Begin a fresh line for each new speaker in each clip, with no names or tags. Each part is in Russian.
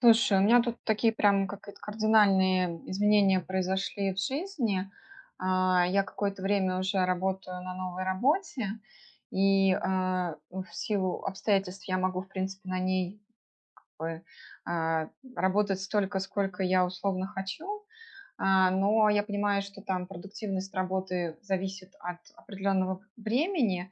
Слушай, у меня тут такие прям как это кардинальные изменения произошли в жизни. Я какое-то время уже работаю на новой работе, и ну, в силу обстоятельств я могу, в принципе, на ней как бы, а, работать столько, сколько я условно хочу. Но я понимаю, что там продуктивность работы зависит от определенного времени,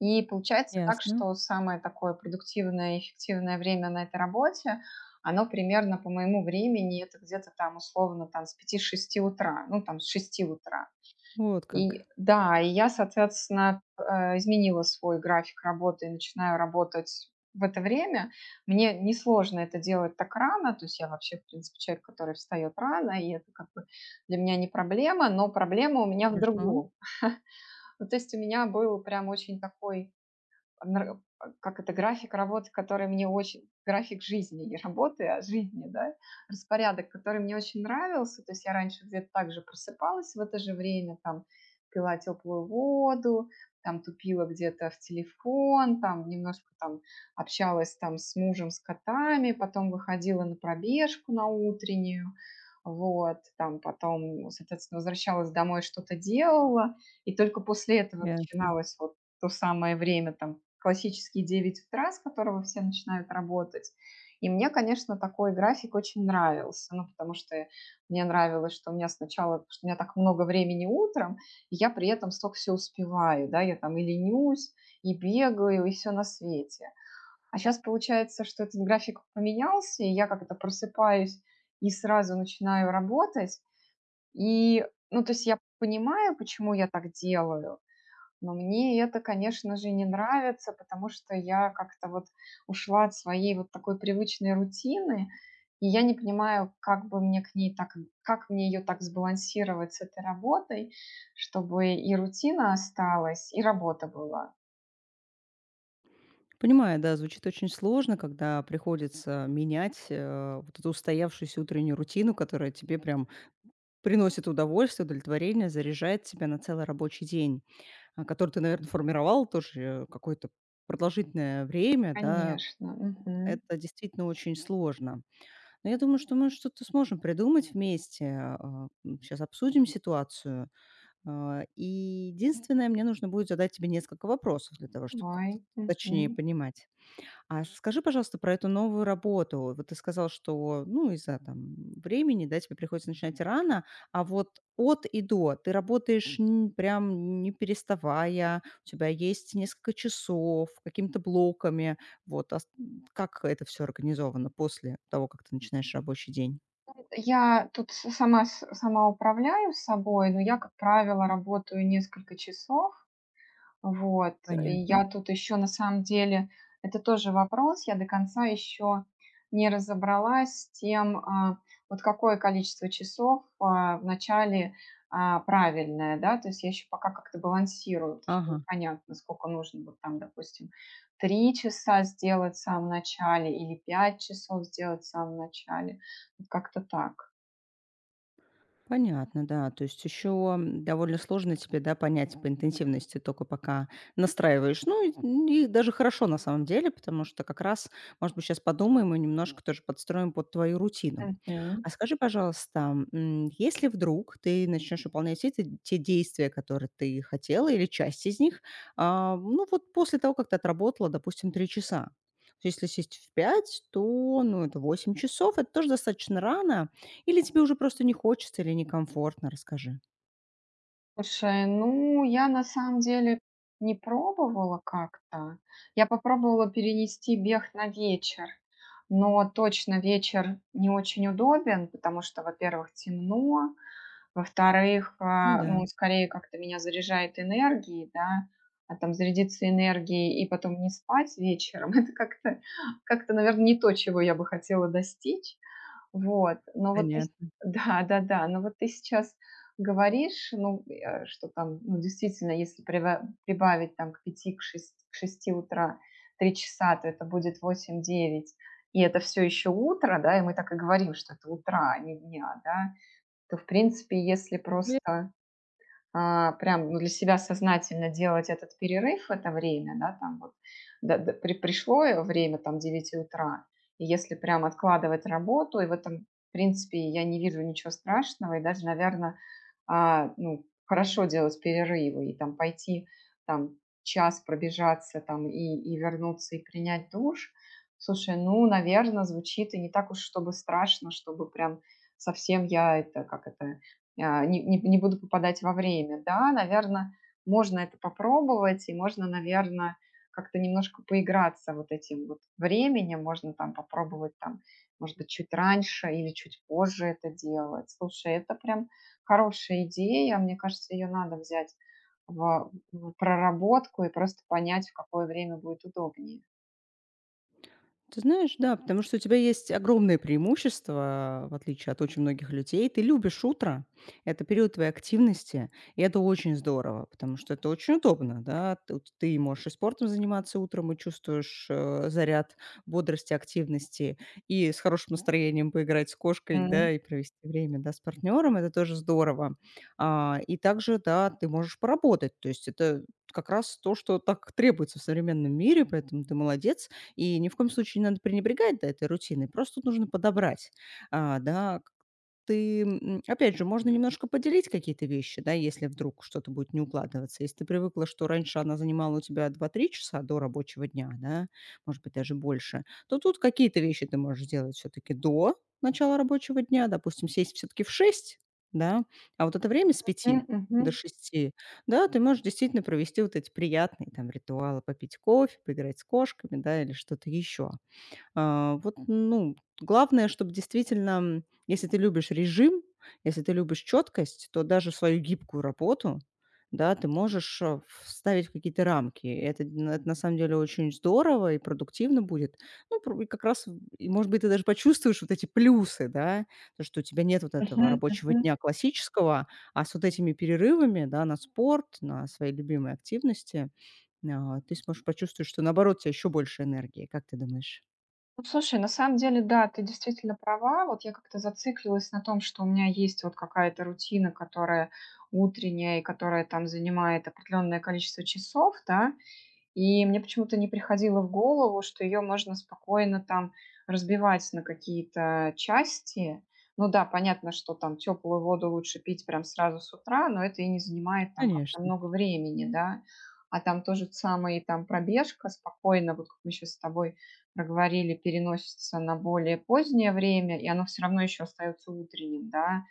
и получается так,
Ясно.
что самое такое продуктивное и эффективное время на этой работе, оно примерно по моему времени, это где-то там условно там с 5-6 утра, ну там с 6 утра.
Вот как.
И да, и я, соответственно, изменила свой график работы и начинаю работать в это время. Мне несложно это делать так рано, то есть я вообще, в принципе, человек, который встает рано, и это как бы для меня не проблема, но проблема у меня в
Хорошо.
другом. Ну, то есть у меня был прям очень такой как это, график работы, который мне очень, график жизни, не работы, а жизни, да, распорядок, который мне очень нравился, то есть я раньше где-то так же просыпалась в это же время, там, пила теплую воду, там тупила где-то в телефон, там немножко там общалась там с мужем, с котами, потом выходила на пробежку на утреннюю, вот, там потом, соответственно, возвращалась домой, что-то делала, и только после этого
Ясно.
начиналось вот то самое время, там, классические 9 утра, с которого все начинают работать. И мне, конечно, такой график очень нравился, ну, потому что мне нравилось, что у меня сначала, что у меня так много времени утром, и я при этом столько все успеваю, да, я там и ленюсь, и бегаю, и все на свете. А сейчас получается, что этот график поменялся, и я как-то просыпаюсь и сразу начинаю работать. И, ну, то есть я понимаю, почему я так делаю, но мне это, конечно же, не нравится, потому что я как-то вот ушла от своей вот такой привычной рутины, и я не понимаю, как бы мне к ней так, как мне ее так сбалансировать с этой работой, чтобы и рутина осталась, и работа была.
Понимаю, да, звучит очень сложно, когда приходится менять, вот эту устоявшуюся утреннюю рутину, которая тебе прям приносит удовольствие, удовлетворение, заряжает тебя на целый рабочий день, который ты, наверное, формировал тоже какое-то продолжительное время, да.
Конечно. Мгм.
Это действительно очень сложно. Но я думаю, что мы что-то сможем придумать вместе. Сейчас обсудим ситуацию. И единственное, мне нужно будет задать тебе несколько вопросов для того, чтобы
Ой,
как-то
мгм.
точнее понимать. А скажи, пожалуйста, про эту новую работу. Вот ты сказал, что, ну, из-за там времени, да, тебе приходится начинать рано, а вот от и до ты работаешь прям не переставая, у тебя есть несколько часов, какими-то блоками. Вот а с- как это все организовано после того, как ты начинаешь рабочий день?
Я тут сама управляю собой, но я, как правило, работаю несколько часов. Вот. И
Понятно.
я тут еще на самом деле это тоже вопрос. Я до конца еще не разобралась с тем, вот какое количество часов в начале правильное, да, то есть я еще пока как-то балансирую, потому что
Ага.
непонятно, сколько нужно вот там, допустим, 3 часа сделать в самом начале или 5 часов сделать в самом начале, вот как-то так.
Понятно, да. То есть еще довольно сложно тебе, да, понять по интенсивности, только пока настраиваешь. Ну, и даже хорошо на самом деле, потому что как раз, может быть, сейчас подумаем и немножко тоже подстроим под твою рутину.
Мгм.
А скажи, пожалуйста, если вдруг ты начнешь выполнять все эти, те действия, которые ты хотела, или часть из них, ну, вот после того, как ты отработала, допустим, три часа, то есть если сесть в 5, то ну, это 8 часов. Это тоже достаточно рано, или тебе уже просто не хочется или некомфортно, расскажи.
Слушай, ну, я на самом деле не пробовала как-то. Я попробовала перенести бег на вечер, но точно вечер не очень удобен, потому что, во-первых, темно, во-вторых,
Ну да,
ну, скорее как-то меня заряжает энергией, да, а там зарядиться энергией и потом не спать вечером, это как-то, как-то, наверное, не то, чего я бы хотела достичь. Вот, но вот ты с
понятно.
да-да-да, но вот ты сейчас говоришь, ну, что там, ну, действительно, если прива прибавить там к 5, к шести утра 3 часа, то это будет 8, 9, и это все еще утро, да, и мы так и говорим, что это утра, а не дня, да, то, в принципе, если просто прям ну, для себя сознательно делать этот перерыв в это время, да, там вот пришло время там 9 утра, и если прям откладывать работу, и в этом, в принципе, я не вижу ничего страшного, и даже, наверное, ну, хорошо делать перерывы и там пойти там час пробежаться там и вернуться и принять душ, слушай, ну, наверное, звучит и не так уж, чтобы страшно, чтобы прям совсем я это, как это, не буду попадать во время. Да, наверное, можно это попробовать, и можно, наверное, как-то немножко поиграться вот этим вот временем, можно там попробовать там, может быть, чуть раньше или чуть позже это делать. Слушай, это прям хорошая идея, мне кажется, ее надо взять в проработку и просто понять, в какое время будет удобнее.
Ты знаешь, да, потому что у тебя есть огромное преимущество, в отличие от очень многих людей. Ты любишь утро, это период твоей активности, и это очень здорово, потому что это очень удобно, да. Ты можешь и спортом заниматься утром, и чувствуешь заряд бодрости, активности, и с хорошим настроением поиграть с кошкой, да,
М.
и провести время, да, с партнером, это тоже здорово. И также, да, ты можешь поработать, то есть это как раз то, что так требуется в современном мире, поэтому ты молодец и ни в коем случае не надо пренебрегать, да, этой рутиной, просто тут нужно подобрать, а, да, к ты, опять же, можно немножко поделить какие-то вещи, да, если вдруг что-то будет не укладываться. Если ты привыкла, что раньше она занимала у тебя два-три часа до рабочего дня, да, может быть, даже больше, то тут какие-то вещи ты можешь сделать все-таки до начала рабочего дня, допустим, сесть все-таки в 6, да, а вот это время с
Мгм,
пяти
мгм.
до шести. Да, ты можешь действительно провести вот эти приятные там ритуалы, попить кофе, поиграть с кошками, да, или что-то еще. Вот, ну, главное, чтобы действительно, если ты любишь режим, если ты любишь четкость, то даже в свою гибкую работу, да, ты можешь, вставить какие-то рамки. И это н это на самом деле очень здорово и продуктивно будет. Ну, пр и как раз, и, может быть, ты даже почувствуешь вот эти плюсы, да, то, что у тебя нет вот
Мгм,
этого рабочего
мгм.
дня классического, а с вот этими перерывами, да, на спорт, на свои любимые активности, ты сможешь почувствовать, что, наоборот, у тебя еще больше энергии. Как ты думаешь?
Ну, слушай, на самом деле, да, ты действительно права. Вот я как-то зациклилась на том, что у меня есть вот какая-то рутина, которая утренняя и которая там занимает определенное количество часов, да. И мне почему-то не приходило в голову, что ее можно спокойно там разбивать на какие-то части. Ну да, понятно, что там теплую воду лучше пить прям сразу с утра, но это и не занимает там как-то
Конечно,
много времени, да. А там тоже самое, там пробежка спокойно, вот как мы сейчас с тобой проговорили, переносится на более позднее время, и оно все равно еще остается утренним, да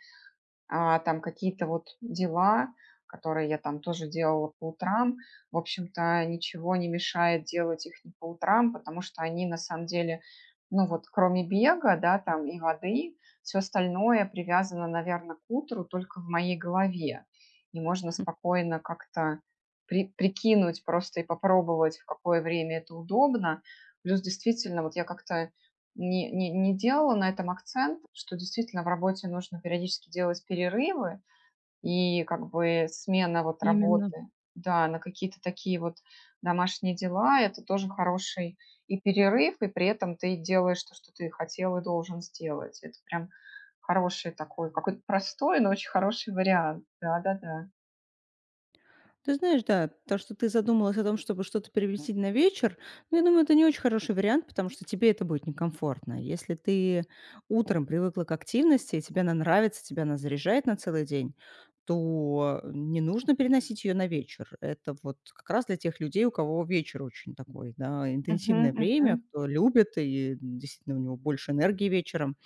там какие-то вот дела, которые я там тоже делала по утрам. В общем-то, ничего не мешает делать их не по утрам, потому что они на самом деле, ну вот кроме бега, да, там и воды, все остальное привязано, наверное, к утру только в моей голове. И можно спокойно как-то прикинуть просто и попробовать, в какое время это удобно. Плюс действительно, вот я как-то не делала на этом акцент, что действительно в работе нужно периодически делать перерывы и как бы смена вот
именно.
работы, да, на какие-то такие вот домашние дела, это тоже хороший и перерыв, и при этом ты делаешь то, что ты хотел и должен сделать. Это прям хороший такой, какой-то простой, но очень хороший вариант. Да-да-да.
Ты знаешь, да, то, что ты задумалась о том, чтобы что-то переместить на вечер, ну, я думаю, это не очень хороший вариант, потому что тебе это будет некомфортно. Если ты утром привыкла к активности, и тебе она нравится, тебя она заряжает на целый день, то не нужно переносить ее на вечер. Это вот как раз для тех людей, у кого вечер очень такой, да,
Мгм,
интенсивное
мгм.
время, кто любит, и действительно у него больше энергии вечером.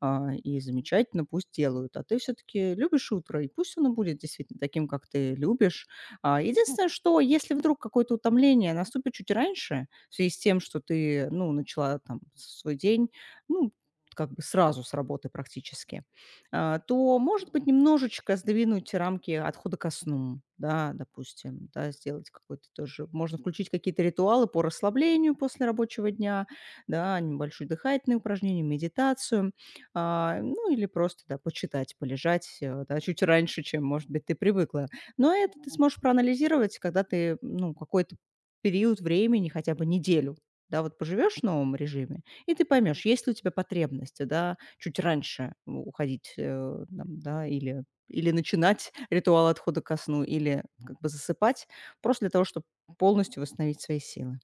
И замечательно, пусть делают. А ты все-таки любишь утро, и пусть оно будет действительно таким, как ты любишь. Единственное, что если вдруг какое-то утомление наступит чуть раньше, в связи с тем, что ты, ну, начала там свой день, ну, как бы сразу с работы практически, то, может быть, немножечко сдвинуть рамки отхода ко сну, да, допустим, да, сделать какой-то тоже, можно включить какие-то ритуалы по расслаблению после рабочего дня, да, небольшое дыхательное упражнение, медитацию, ну, или просто, да, почитать, полежать, да, чуть раньше, чем, может быть, ты привыкла. Но это ты сможешь проанализировать, когда ты, ну, какой-то период времени, хотя бы неделю, да, вот поживешь в новом режиме, и ты поймешь, есть ли у тебя потребности, да, чуть раньше уходить, да, или начинать ритуал отхода ко сну, или как бы засыпать, просто для того, чтобы полностью восстановить свои силы.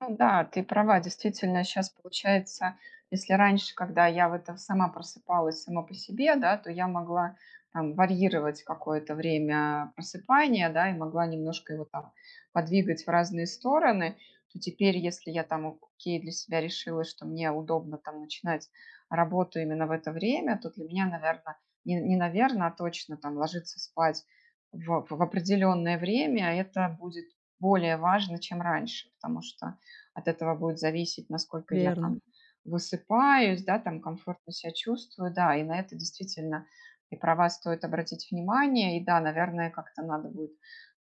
Ну да, ты права, действительно, сейчас получается, если раньше, когда я в это сама просыпалась сама по себе, да, то я могла там варьировать какое-то время просыпания, да, и могла немножко его там подвигать в разные стороны, то теперь, если я там, окей, для себя решила, что мне удобно там начинать работу именно в это время, то для меня, наверное, не наверное, а точно там ложиться спать в определенное время, это будет более важно, чем раньше, потому что от этого будет зависеть, насколько я
Верно,
там высыпаюсь, да, там комфортно себя чувствую, да, и на это действительно, ты права, стоит обратить внимание, и да, наверное, как-то надо будет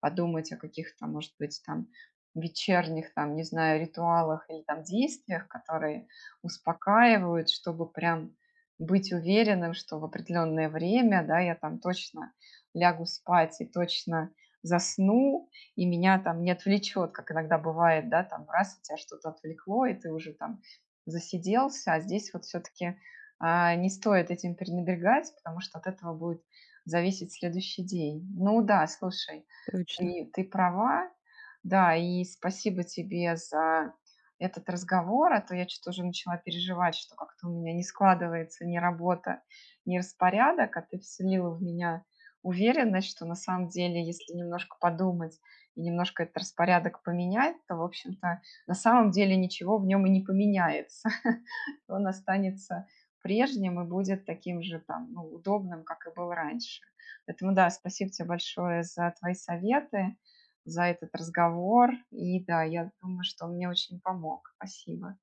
подумать о каких-то, может быть, там вечерних, там, не знаю, ритуалах или там действиях, которые успокаивают, чтобы прям быть уверенным, что в определенное время, да, я там точно лягу спать и точно засну, и меня там не отвлечет, как иногда бывает, да, там раз у тебя что-то отвлекло, и ты уже там засиделся, а здесь вот все-таки не стоит этим пренебрегать, потому что от этого будет зависеть следующий день. Ну да, слушай,
точно.
и ты права. Да, и спасибо тебе за этот разговор, а то я что-то уже начала переживать, что как-то у меня не складывается ни работа, ни распорядок, а ты вселила в меня уверенность, что на самом деле, если немножко подумать и немножко этот распорядок поменять, то, в общем-то, на самом деле ничего в нем и не поменяется, он останется прежним и будет таким же там, ну, удобным, как и был раньше. Поэтому да, спасибо тебе большое за твои советы, за этот разговор. И да, я думаю, что он мне очень помог. Спасибо.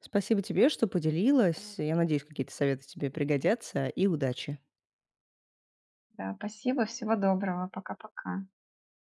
Спасибо тебе, что поделилась. Я надеюсь, какие-то советы тебе пригодятся. И удачи.
Да, спасибо, всего доброго, пока-пока.